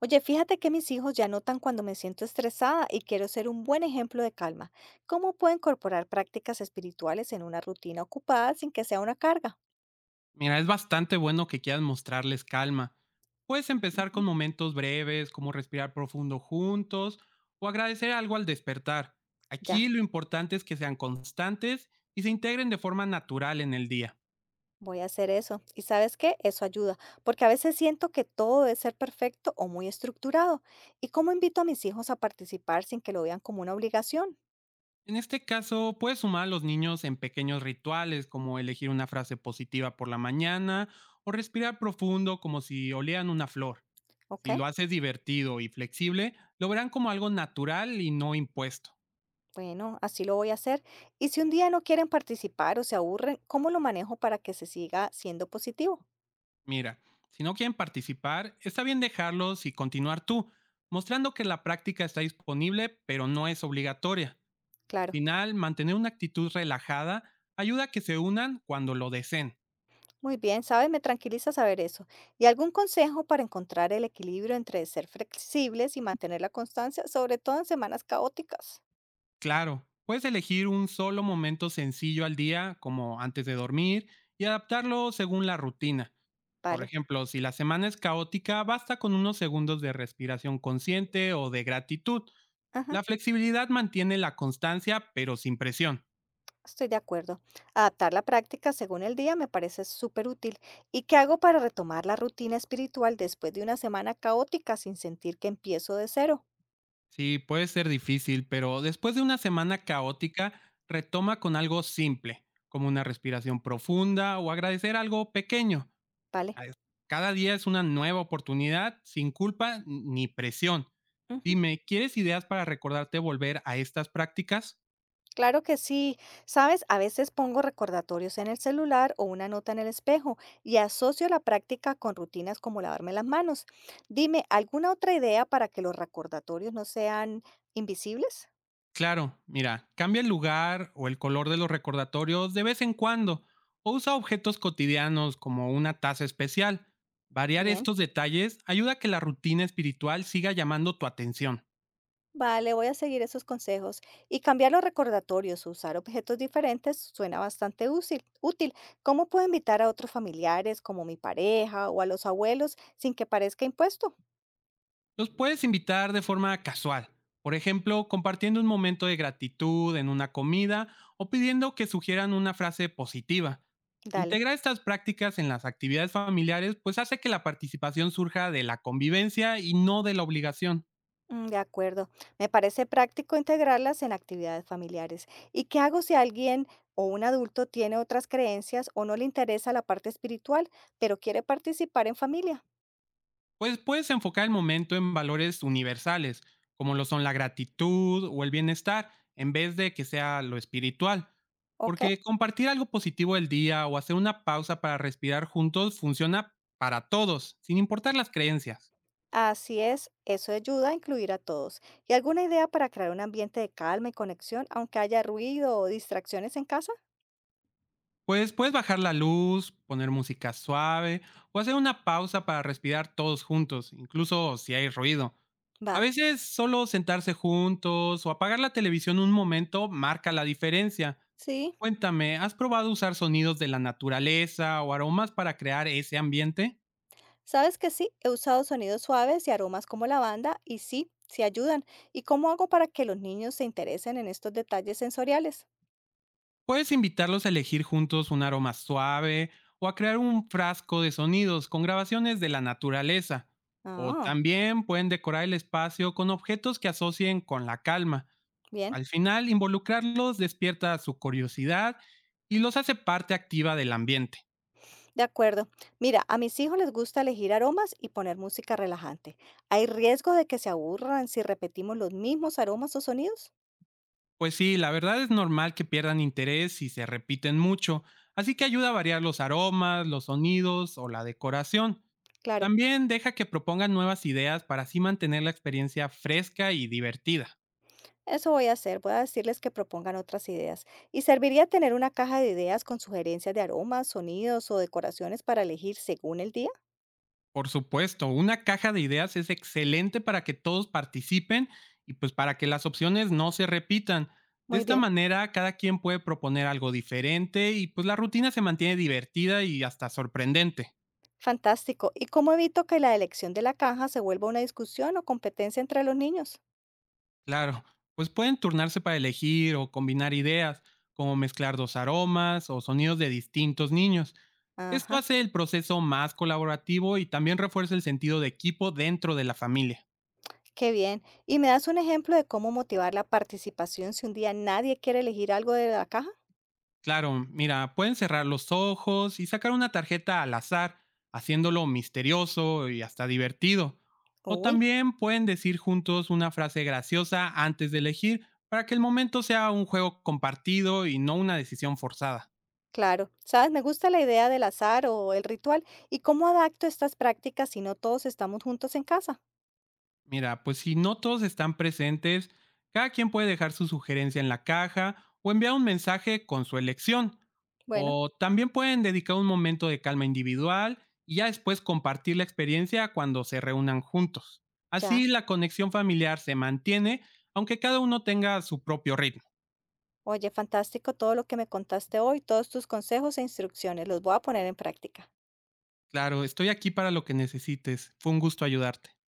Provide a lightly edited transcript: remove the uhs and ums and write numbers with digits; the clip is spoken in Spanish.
Oye, fíjate que mis hijos ya notan cuando me siento estresada y quiero ser un buen ejemplo de calma. ¿Cómo puedo incorporar prácticas espirituales en una rutina ocupada sin que sea una carga? Mira, es bastante bueno que quieras mostrarles calma. Puedes empezar con Ujú. momentos breves, como respirar profundo juntos o agradecer algo al despertar. Ya, Aquí lo importante es que sean constantes y se integren de forma natural en el día. voy a hacer eso. ¿Y sabes qué? Eso ayuda, porque a veces siento que todo debe ser perfecto o muy estructurado. ¿Y cómo invito a mis hijos a participar sin que lo vean como una obligación? En este caso, puedes sumar a los niños en pequeños rituales, como elegir una frase positiva por la mañana o respirar profundo como si olieran una flor. Ok, Si lo haces divertido y flexible, lo verán como algo natural y no impuesto. bueno, así lo voy a hacer. Y si un día no quieren participar o se aburren, ¿cómo lo manejo para que se siga siendo positivo? Mira, si no quieren participar, está bien dejarlos y continuar tú, mostrando que la práctica está disponible, pero no es obligatoria. Al Claro. final, mantener una actitud relajada ayuda a que se unan cuando lo deseen. Muy bien, ¿sabes? Me tranquiliza saber eso. ¿Y algún consejo para encontrar el equilibrio entre ser flexibles y mantener la constancia, sobre todo en semanas caóticas? Claro, puedes elegir un solo momento sencillo al día, como antes de dormir, y adaptarlo según la rutina. Por Vale, ejemplo, si la semana es caótica, basta con unos segundos de respiración consciente o de gratitud. La ajá, flexibilidad mantiene la constancia, pero sin presión. estoy de acuerdo. Adaptar la práctica según el día me parece súper útil. ¿Y qué hago para retomar la rutina espiritual después de una semana caótica sin sentir que empiezo de cero? Sí, puede ser difícil, pero después de una semana caótica, retoma con algo simple, como una respiración profunda o agradecer algo pequeño. Vale. Ah, es- Cada día es una nueva oportunidad, sin culpa ni presión. Ujú. Dime, ¿quieres ideas para recordarte volver a estas prácticas? Claro que sí. Sabes, a veces pongo recordatorios en el celular o una nota en el espejo y asocio la práctica con rutinas como lavarme las manos. Dime, ¿alguna otra idea para que los recordatorios no sean invisibles? Claro, mira, cambia el lugar o el color de los recordatorios de vez en cuando o usa objetos cotidianos como una taza especial. Variar Bien, estos detalles ayuda a que la rutina espiritual siga llamando tu atención. vale, voy a seguir esos consejos. Y cambiar los recordatorios, usar objetos diferentes, suena bastante útil. Útil. ¿Cómo puedo invitar a otros familiares como mi pareja o a los abuelos sin que parezca impuesto? Los puedes invitar de forma casual, por ejemplo, compartiendo un momento de gratitud en una comida o pidiendo que sugieran una frase positiva. Dale. Integrar estas prácticas en las actividades familiares pues hace que la participación surja de la convivencia y no de la obligación. Mm, de acuerdo. Me parece práctico integrarlas en actividades familiares. ¿Y qué hago si alguien o un adulto tiene otras creencias o no le interesa la parte espiritual, pero quiere participar en familia? Pues puedes enfocar el momento en valores universales, como lo son la gratitud o el bienestar, en vez de que sea lo espiritual. ¿Ok? Porque compartir algo positivo del día o hacer una pausa para respirar juntos funciona para todos, sin importar las creencias. Así es, eso ayuda a incluir a todos. ¿Y alguna idea para crear un ambiente de calma y conexión, aunque haya ruido o distracciones en casa? Pues puedes bajar la luz, poner música suave o hacer una pausa para respirar todos juntos, incluso si hay ruido. Va, A veces solo sentarse juntos o apagar la televisión un momento marca la diferencia. sí. Cuéntame, ¿has probado usar sonidos de la naturaleza o aromas para crear ese ambiente? Sabes que sí, he usado sonidos suaves y aromas como lavanda y sí, sí ayudan. ¿Y cómo hago para que los niños se interesen en estos detalles sensoriales? Puedes invitarlos a elegir juntos un aroma suave o a crear un frasco de sonidos con grabaciones de la naturaleza. O Ah, también pueden decorar el espacio con objetos que asocien con la calma. bien, Al final, involucrarlos despierta su curiosidad y los hace parte activa del ambiente. de acuerdo. Mira, a mis hijos les gusta elegir aromas y poner música relajante. ¿Hay riesgo de que se aburran si repetimos los mismos aromas o sonidos? Pues sí, la verdad es normal que pierdan interés si se repiten mucho, así que ayuda a variar los aromas, los sonidos o la decoración. Claro, También deja que propongan nuevas ideas para así mantener la experiencia fresca y divertida. eso voy a hacer. Voy a decirles que propongan otras ideas. ¿Y serviría tener una caja de ideas con sugerencias de aromas, sonidos o decoraciones para elegir según el día? Por supuesto, una caja de ideas es excelente para que todos participen y pues para que las opciones no se repitan. De Muy esta bien, manera, cada quien puede proponer algo diferente y pues la rutina se mantiene divertida y hasta sorprendente. fantástico. ¿Y cómo evito que la elección de la caja se vuelva una discusión o competencia entre los niños? Claro, pues pueden turnarse para elegir o combinar ideas, como mezclar dos aromas o sonidos de distintos niños. Esto Ajá. hace el proceso más colaborativo y también refuerza el sentido de equipo dentro de la familia. Qué bien. ¿Y me das un ejemplo de cómo motivar la participación si un día nadie quiere elegir algo de la caja? Claro, mira, pueden cerrar los ojos y sacar una tarjeta al azar, haciéndolo misterioso y hasta divertido. O Uy, también pueden decir juntos una frase graciosa antes de elegir para que el momento sea un juego compartido y no una decisión forzada. claro. Sabes, me gusta la idea del azar o el ritual y cómo adapto estas prácticas si no todos estamos juntos en casa. Mira, pues si no todos están presentes, cada quien puede dejar su sugerencia en la caja o enviar un mensaje con su elección. Bueno, O también pueden dedicar un momento de calma individual y ya después compartir la experiencia cuando se reúnan juntos. ya. Así la conexión familiar se mantiene, aunque cada uno tenga su propio ritmo. Oye, fantástico todo lo que me contaste hoy, todos tus consejos e instrucciones. Los voy a poner en práctica. Claro, estoy aquí para lo que necesites. Fue un gusto ayudarte.